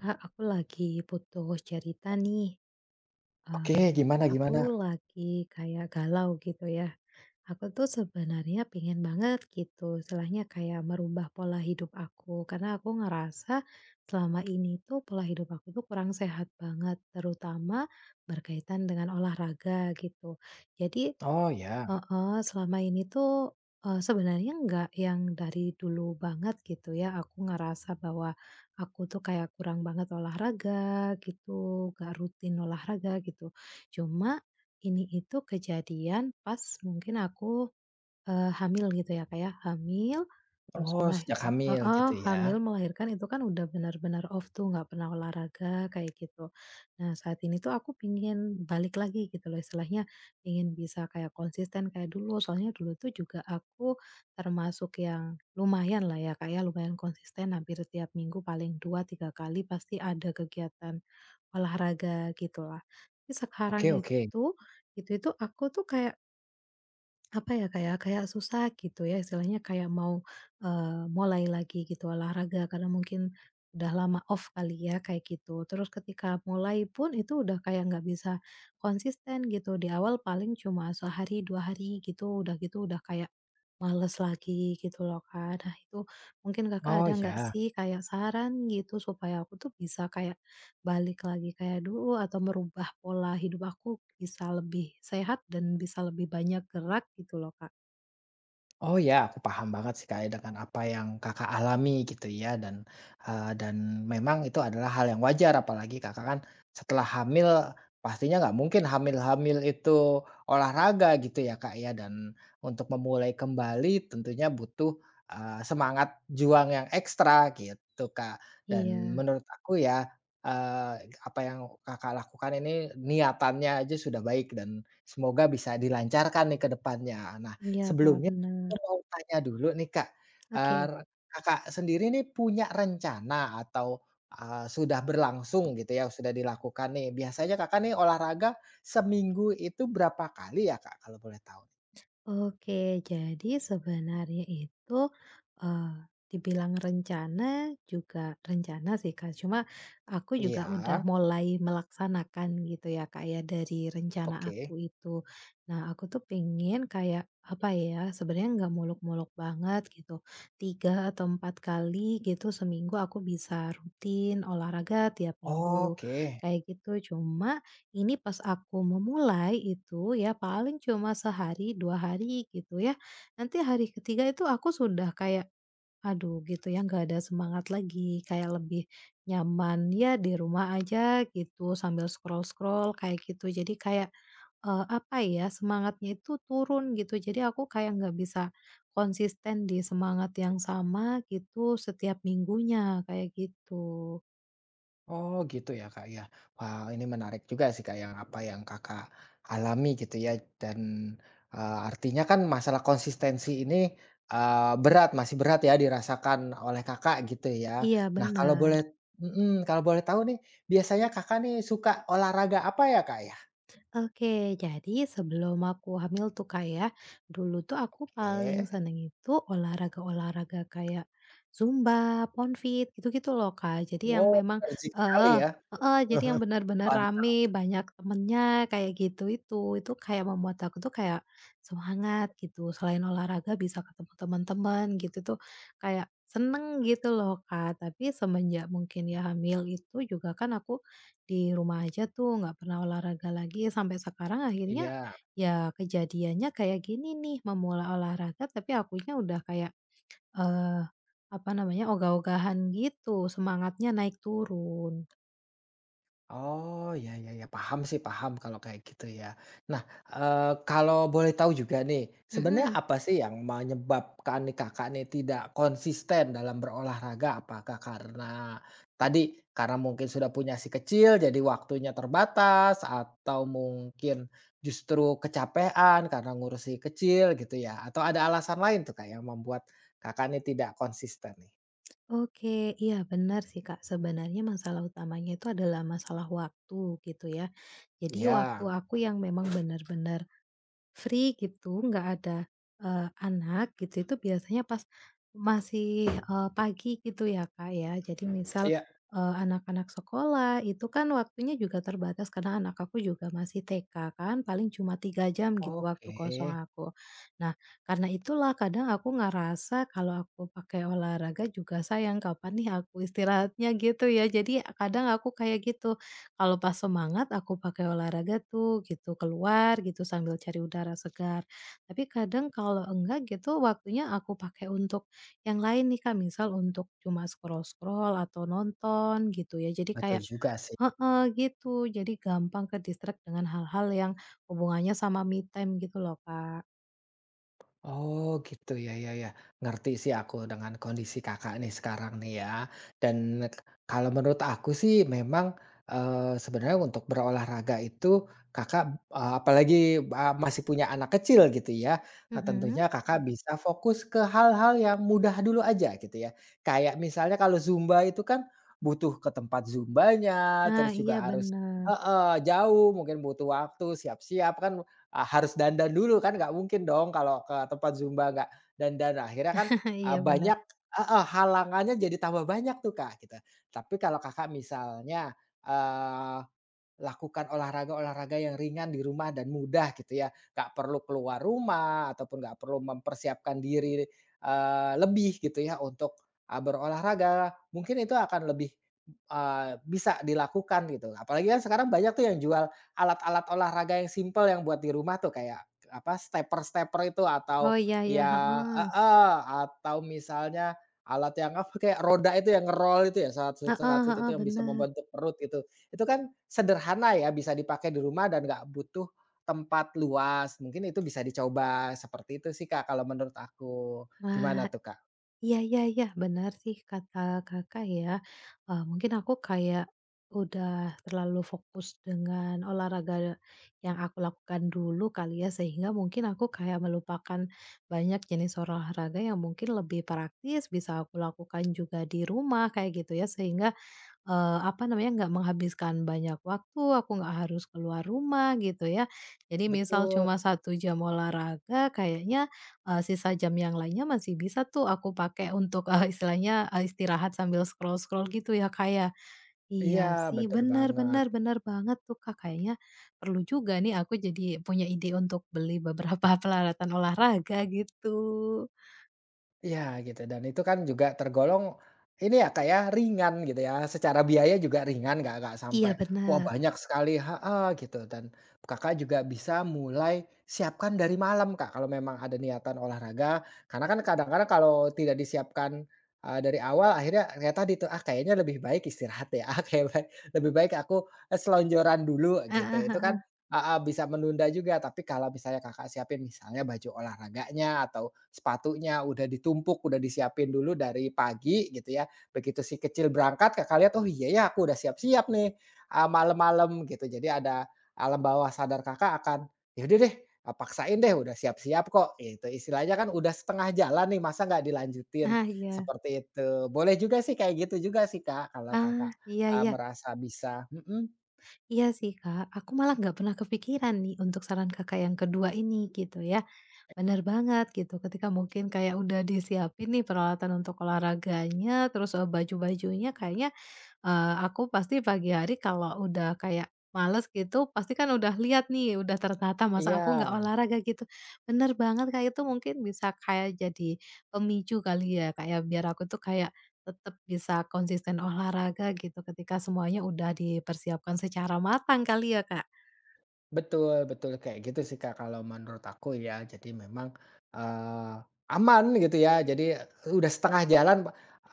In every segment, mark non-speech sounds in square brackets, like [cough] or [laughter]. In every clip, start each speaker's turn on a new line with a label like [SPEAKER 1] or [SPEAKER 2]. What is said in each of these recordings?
[SPEAKER 1] Kak, aku lagi butuh cerita nih.
[SPEAKER 2] Oke,
[SPEAKER 1] Eee,
[SPEAKER 2] gimana
[SPEAKER 1] aku
[SPEAKER 2] gimana?
[SPEAKER 1] lagi kayak galau gitu ya. Aku tuh sebenarnya pengen banget gitu, istilahnya kayak merubah pola hidup aku. Karena aku ngerasa selama ini tuh pola hidup aku tuh kurang sehat banget, terutama berkaitan dengan olahraga gitu. Jadi
[SPEAKER 2] Oh, ya.
[SPEAKER 1] heeh, selama ini tuh, sebenarnya nggak yang dari dulu banget gitu ya, aku ngerasa bahwa aku tuh kayak kurang banget olahraga gitu, nggak rutin olahraga gitu. Cuma ini itu kejadian pas mungkin aku hamil gitu ya, kayak hamil, terus
[SPEAKER 2] Oh,
[SPEAKER 1] mulai
[SPEAKER 2] sejak hamil
[SPEAKER 1] heeh,
[SPEAKER 2] gitu
[SPEAKER 1] hamil,
[SPEAKER 2] ya?
[SPEAKER 1] melahirkan itu kan udah benar-benar off tuh, nggak pernah olahraga kayak gitu. Nah, saat ini tuh aku pingin balik lagi gitu loh, istilahnya pengen bisa kayak konsisten kayak dulu. Soalnya dulu tuh juga aku termasuk yang lumayan lah ya, kayak lumayan konsisten hampir tiap minggu paling 2 3 kali pasti ada kegiatan olahraga gitulah. Tapi sekarang
[SPEAKER 2] Oke oke.
[SPEAKER 1] itu, itu aku tuh kayak apa ya, kayak kayak susah gitu ya istilahnya kayak mau, mulai lagi gitu olahraga karena mungkin udah lama off kali ya kayak gitu. Terus ketika mulai pun itu udah kayak nggak bisa konsisten gitu, di awal paling cuma sehari, 2 hari gitu udah kayak males lagi gitu loh, Kak. Nah itu mungkin Kakak
[SPEAKER 2] Oh,
[SPEAKER 1] ada nggak
[SPEAKER 2] ya.
[SPEAKER 1] sih kayak saran gitu supaya aku tuh bisa kayak balik lagi kayak dulu atau merubah pola hidup aku bisa lebih sehat dan bisa lebih banyak gerak gitu loh, Kak.
[SPEAKER 2] Oh ya, aku paham banget sih, Kak, ya, dengan apa yang Kakak alami gitu ya dan memang itu adalah hal yang wajar apalagi Kakak kan setelah hamil pastinya nggak mungkin hamil-hamil itu olahraga gitu ya, Kak, ya, dan untuk memulai kembali tentunya butuh semangat juang yang ekstra gitu, Kak. Dan
[SPEAKER 1] Iya
[SPEAKER 2] menurut aku ya, eee, apa yang Kakak lakukan ini niatannya aja sudah baik dan semoga bisa dilancarkan nih ke depannya. Nah
[SPEAKER 1] iya, Kak,
[SPEAKER 2] sebelumnya
[SPEAKER 1] bener.
[SPEAKER 2] aku mau tanya dulu nih Kak, eee,
[SPEAKER 1] Oke.
[SPEAKER 2] Kakak sendiri nih punya rencana atau sudah berlangsung gitu ya, sudah dilakukan nih, biasanya Kakak nih olahraga seminggu itu berapa kali ya Kak, kalau boleh tahu?
[SPEAKER 1] Oke, jadi sebenarnya itu, dibilang rencana juga rencana sih, Kak, cuma aku juga
[SPEAKER 2] Iya,
[SPEAKER 1] udah mulai melaksanakan gitu ya, Kak, ya, dari rencana aku
[SPEAKER 2] oke.
[SPEAKER 1] itu. Nah, aku tuh pengen kayak, apa ya, sebenarnya nggak muluk-muluk banget gitu, 3 atau 4 kali gitu seminggu aku bisa rutin olahraga tiap minggu,
[SPEAKER 2] Oke.
[SPEAKER 1] kayak gitu. Cuma ini pas aku memulai itu ya paling cuma sehari, 2 hari gitu ya. Nanti hari ketiga itu aku sudah kayak, aduh gitu ya nggak ada semangat lagi, kayak lebih nyaman ya di rumah aja gitu sambil scroll-scroll kayak gitu. Jadi kayak, apa ya, semangatnya itu turun gitu. Jadi aku kayak nggak bisa konsisten di semangat yang sama gitu setiap minggunya, kayak gitu.
[SPEAKER 2] Oh gitu ya Kak ya. Wah ini menarik juga sih Kak yang apa yang Kakak alami gitu ya dan, artinya kan masalah konsistensi ini, eee, berat masih berat ya dirasakan oleh Kakak gitu ya.
[SPEAKER 1] Iya
[SPEAKER 2] Nah kalau
[SPEAKER 1] bener.
[SPEAKER 2] boleh mhm, kalau boleh tahu nih biasanya Kakak nih suka olahraga apa ya Kak ya?
[SPEAKER 1] Oke, jadi sebelum aku hamil tuh Kak ya, dulu tuh aku paling
[SPEAKER 2] Oke.
[SPEAKER 1] seneng itu olahraga-olahraga kayak Zumba, Ponfit, gitu-gitu loh Kak. Jadi yang
[SPEAKER 2] Wow
[SPEAKER 1] memang
[SPEAKER 2] energik sekali
[SPEAKER 1] eh
[SPEAKER 2] ya,
[SPEAKER 1] jadi yang benar-benar
[SPEAKER 2] mantap.
[SPEAKER 1] rame, banyak temennya kayak gitu itu. Itu kayak membuat aku tuh kayak semangat gitu. Selain olahraga bisa ketemu teman-teman gitu tuh kayak seneng gitu loh Kak. Tapi semenjak mungkin ya hamil itu juga kan aku di rumah aja tuh nggak pernah olahraga lagi sampai sekarang akhirnya
[SPEAKER 2] Iya.
[SPEAKER 1] ya kejadiannya kayak gini nih memulai olahraga tapi akunya udah kayak, eee, apa namanya, ogah-ogahan gitu semangatnya naik turun.
[SPEAKER 2] Oh, ya ya ya, paham sih, paham kalau kayak gitu ya. Nah, eee, kalau boleh tahu juga nih, sebenarnya
[SPEAKER 1] Mhm,
[SPEAKER 2] apa sih yang menyebabkan nih Kakak nih tidak konsisten dalam berolahraga? Apakah karena tadi, karena mungkin sudah punya si kecil jadi waktunya terbatas, atau mungkin justru kecapean karena ngurus si kecil gitu ya? Atau ada alasan lain tuh Kak yang membuat Kakak nih tidak konsisten nih?
[SPEAKER 1] oke, iya benar sih Kak sebenarnya masalah utamanya itu adalah masalah waktu gitu ya. Jadi waktu
[SPEAKER 2] Iya,
[SPEAKER 1] aku yang memang benar-benar free gitu, nggak ada, anak gitu, itu biasanya pas masih, pagi gitu ya, Kak, ya. Jadi misal,
[SPEAKER 2] iya,
[SPEAKER 1] anak-anak sekolah itu kan waktunya juga terbatas karena anak aku juga masih TK kan, paling cuma 3 jam gitu waktu
[SPEAKER 2] oke,
[SPEAKER 1] kosong aku. Nah, karena itulah kadang aku ngerasa kalau aku pakai olahraga juga sayang, kapan nih aku istirahatnya gitu ya. Jadi kadang aku kayak gitu. Kalau pas semangat aku pakai olahraga tuh gitu, keluar gitu sambil cari udara segar. Tapi kadang kalau enggak gitu waktunya aku pakai untuk yang lain nih Kak, misal untuk cuma scroll-scroll atau nonton gitu ya. Jadi
[SPEAKER 2] betul
[SPEAKER 1] kayak
[SPEAKER 2] juga sih.
[SPEAKER 1] heeh, gitu. Jadi gampang ke-distract dengan hal-hal yang hubungannya sama me time gitu loh, Kak.
[SPEAKER 2] Oh gitu ya ya ya, ngerti sih aku dengan kondisi Kakak nih sekarang nih ya. Dan k kalau menurut aku sih memang, sebenarnya untuk berolahraga itu Kakak, apalagi masih punya anak kecil gitu ya,
[SPEAKER 1] Mhm.
[SPEAKER 2] tentunya Kakak Mhm. bisa fokus ke hal-hal yang mudah dulu aja gitu ya. Kayak misalnya kalau Zumba itu kan butuh ke tempat Zumbanya,
[SPEAKER 1] Nah,
[SPEAKER 2] terus juga
[SPEAKER 1] iya
[SPEAKER 2] harus
[SPEAKER 1] bener.
[SPEAKER 2] heeh, jauh mungkin butuh waktu siap-siap kan harus dandan dulu kan nggak mungkin dong kalau ke tempat Zumba nggak dandan. Akhirnya kan,
[SPEAKER 1] [laughs] Iya bener.
[SPEAKER 2] banyak heeh, halangannya jadi tambah banyak tuh, Kak, gitu. Tapi kalau Kakak misalnya, eh, lakukan olahraga-olahraga yang ringan di rumah dan mudah gitu ya, nggak perlu keluar rumah ataupun nggak perlu mempersiapkan diri lebih gitu ya untuk berolahraga. Mungkin itu akan lebih bisa dilakukan gitu. Apalagi kan sekarang banyak tuh yang jual alat-alat olahraga yang simple yang buat di rumah tuh kayak apa, stepper-stepper itu
[SPEAKER 1] Oh,
[SPEAKER 2] atau
[SPEAKER 1] iya iya,
[SPEAKER 2] ya
[SPEAKER 1] heeh.
[SPEAKER 2] heeh, atau misalnya alat yang apa, kayak roda itu yang ngerol itu ya, satu-satu
[SPEAKER 1] Heeh
[SPEAKER 2] itu
[SPEAKER 1] heeh,
[SPEAKER 2] yang bisa
[SPEAKER 1] bener.
[SPEAKER 2] membentuk perut gitu. Itu kan sederhana ya, bisa dipakai di rumah dan nggak butuh tempat luas. Mungkin itu bisa dicoba seperti itu sih, Kak, kalau menurut aku. Gimana
[SPEAKER 1] Wah,
[SPEAKER 2] tuh, Kak?
[SPEAKER 1] Iya iya iya, benar sih kata Kakak ya, mungkin aku kayak udah terlalu fokus dengan olahraga yang aku lakukan dulu kali ya, sehingga mungkin aku kayak melupakan banyak jenis olahraga yang mungkin lebih praktis, bisa aku lakukan juga di rumah, kayak gitu ya, sehingga apa namanya, nggak menghabiskan banyak waktu, aku nggak harus keluar rumah gitu ya. Jadi misal
[SPEAKER 2] Betul.
[SPEAKER 1] cuma satu jam olahraga kayaknya, sisa jam yang lainnya masih bisa tuh aku pakai untuk, istilahnya, istirahat sambil scroll-scroll gitu ya, kayak
[SPEAKER 2] Iya,
[SPEAKER 1] iya sih,
[SPEAKER 2] betul
[SPEAKER 1] benar
[SPEAKER 2] banget.
[SPEAKER 1] benar benar banget tuh, Kak. Kayaknya perlu juga nih aku jadi punya ide untuk beli beberapa [laughs] peralatan olahraga gitu.
[SPEAKER 2] Iya gitu dan itu kan juga tergolong ini ya, kayak ringan gitu ya, secara biaya juga ringan nggak
[SPEAKER 1] Iya
[SPEAKER 2] sampai, wah
[SPEAKER 1] bener.
[SPEAKER 2] banyak sekali ha gitu dan Kakak juga bisa mulai siapkan dari malam, Kak, kalau memang ada niatan olahraga. Karena kan kadang-kadang kalau tidak disiapkan, dari awal akhirnya ya tadi tuh, ah kayaknya lebih baik istirahat ya, [laughs] ah kayak baik lebih baik aku, selonjoran dulu gitu,
[SPEAKER 1] Ah,
[SPEAKER 2] itu kan
[SPEAKER 1] heeh.
[SPEAKER 2] heeh, bisa menunda juga. Tapi kalau misalnya Kakak siapin misalnya baju olahraganya atau sepatunya udah ditumpuk, udah disiapin dulu dari pagi gitu ya. Begitu si kecil berangkat Kakak lihat, "Oh iya ya aku udah siap-siap nih, malam-malam," gitu. Jadi ada alam bawah sadar Kakak akan, yaudah deh, paksain deh udah siap-siap kok," Itu istilahnya kan udah setengah jalan nih masa nggak dilanjutin,
[SPEAKER 1] Nah iya.
[SPEAKER 2] seperti itu. Boleh juga sih kayak gitu juga sih Kak, kalau
[SPEAKER 1] Ah,
[SPEAKER 2] Kakak,
[SPEAKER 1] iya iya.
[SPEAKER 2] merasa bisa mhm,
[SPEAKER 1] Iya sih, Kak, aku malah nggak pernah kepikiran nih untuk saran Kakak yang kedua ini gitu ya. Bener banget gitu ketika mungkin kayak udah disiapin nih peralatan untuk olahraganya, terus, baju-bajunya kayaknya aku pasti pagi hari kalau udah kayak males gitu, pasti kan udah lihat nih, udah tertata, masa aku nggak
[SPEAKER 2] iya.
[SPEAKER 1] olahraga gitu. Bener banget kayak itu mungkin bisa kayak jadi pemicu kali ya kayak biar aku tuh kayak tetap bisa konsisten olahraga gitu ketika semuanya udah dipersiapkan secara matang kali ya Kak?
[SPEAKER 2] Betul betul, kayak gitu sih, Kak, kalau menurut aku ya. Jadi memang, eee, aman gitu ya, jadi eh, udah setengah jalan,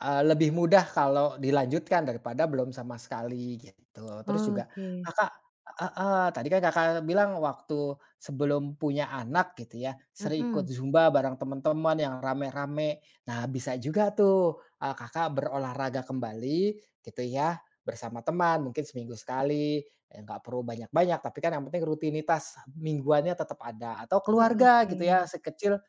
[SPEAKER 2] eee, lebih mudah kalau dilanjutkan daripada belum sama sekali gitu. Terus juga
[SPEAKER 1] Oke,
[SPEAKER 2] Kakak heeh, tadi kan Kakak bilang waktu sebelum punya anak gitu ya, sering ikut
[SPEAKER 1] mhm,
[SPEAKER 2] zumba bareng teman-teman yang rame-rame. Nah, bisa juga tuh, Kakak berolahraga kembali gitu ya, bersama teman mungkin seminggu sekali nggak perlu banyak-banyak, tapi kan yang penting rutinitas mingguannya tetap ada, atau keluarga
[SPEAKER 1] oke,
[SPEAKER 2] gitu ya, sekecil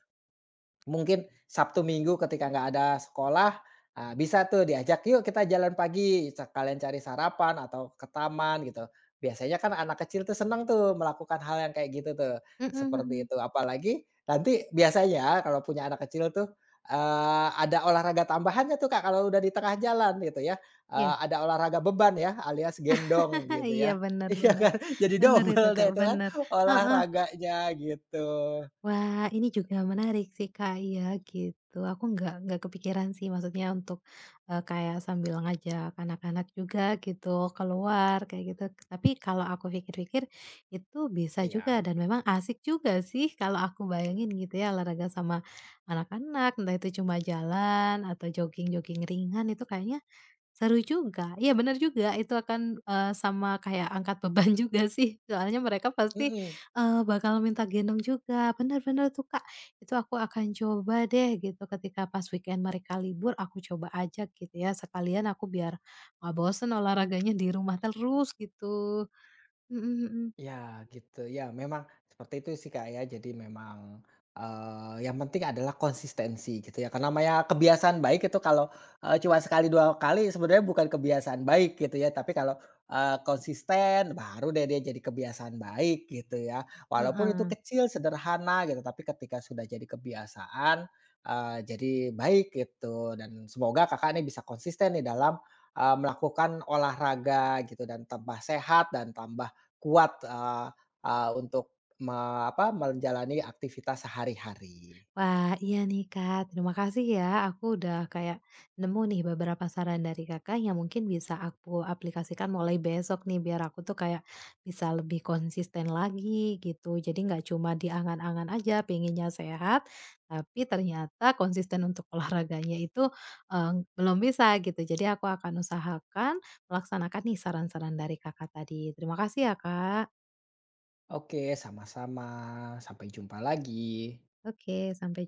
[SPEAKER 2] mungkin Sabtu Minggu ketika nggak ada sekolah, bisa tuh diajak, "Yuk kita jalan pagi," sa- kalian cari sarapan atau ke taman gitu. Biasanya kan anak kecil tuh seneng tuh melakukan hal yang kayak gitu tuh,
[SPEAKER 1] mhm
[SPEAKER 2] seperti
[SPEAKER 1] mhm.
[SPEAKER 2] itu. Apalagi nanti biasanya kalau punya anak kecil tuh, ada olahraga tambahannya tuh, Kak, kalau udah di tengah jalan gitu ya, ada olahraga beban ya, alias gendong
[SPEAKER 1] [laughs]
[SPEAKER 2] gitu
[SPEAKER 1] Iya,
[SPEAKER 2] ya. [laughs] Iya
[SPEAKER 1] benar-benar, benar
[SPEAKER 2] kan, jadi
[SPEAKER 1] bener itu
[SPEAKER 2] double
[SPEAKER 1] Kak,
[SPEAKER 2] deh itu kan
[SPEAKER 1] benar.
[SPEAKER 2] olahraganya gitu.
[SPEAKER 1] Wah, ini juga menarik sih, Kak, iya, gitu. Aku nggak kepikiran sih maksudnya untuk, kayak sambil ngajak anak-anak juga gitu keluar kayak gitu. Tapi kalau aku pikir-pikir itu bisa juga
[SPEAKER 2] Iya,
[SPEAKER 1] dan memang asik juga sih kalau aku bayangin gitu ya olahraga sama anak-anak, entah itu cuma jalan atau jogging-jogging ringan itu kayaknya seru juga. Iya benar juga, itu akan, sama kayak angkat beban [laughs] juga sih, soalnya mereka pasti,
[SPEAKER 2] mhm.
[SPEAKER 1] bakal minta gendong juga. Benar-benar tuh, Kak. Itu aku akan coba deh gitu ketika pas weekend mereka libur, aku coba ajak gitu ya, sekalian aku biar nggak bosen olahraganya di rumah terus gitu. Mhm
[SPEAKER 2] Ya gitu, ya memang seperti itu sih Kak ya, jadi memang, yang penting adalah konsistensi gitu ya, karena namanya kebiasaan baik itu kalau, cuma sekali 2 kali sebenarnya bukan kebiasaan baik gitu ya, tapi kalau, konsisten baru deh dia jadi kebiasaan baik gitu ya,
[SPEAKER 1] mhm,
[SPEAKER 2] walaupun itu
[SPEAKER 1] heeh.
[SPEAKER 2] kecil, sederhana gitu, tapi ketika sudah jadi kebiasaan, jadi baik gitu dan semoga Kakak ini bisa konsisten nih dalam, melakukan olahraga gitu dan tambah sehat dan tambah Kuat, eee eee, untuk menjalani aktivitas sehari-hari.
[SPEAKER 1] Wah, iya nih Kak, terima kasih ya. Aku udah kayak nemu nih beberapa saran dari Kakak yang mungkin bisa aku aplikasikan mulai besok nih biar aku tuh kayak bisa lebih konsisten lagi gitu. Jadi nggak cuma di angan-angan aja pengennya sehat, tapi ternyata konsisten untuk [laughs] olahraganya itu eh, belum bisa gitu. Jadi aku akan usahakan melaksanakan nih saran-saran dari Kakak tadi. Terima kasih ya Kak.
[SPEAKER 2] Oke, sama-sama. Sampai jumpa lagi.
[SPEAKER 1] Oke, sampai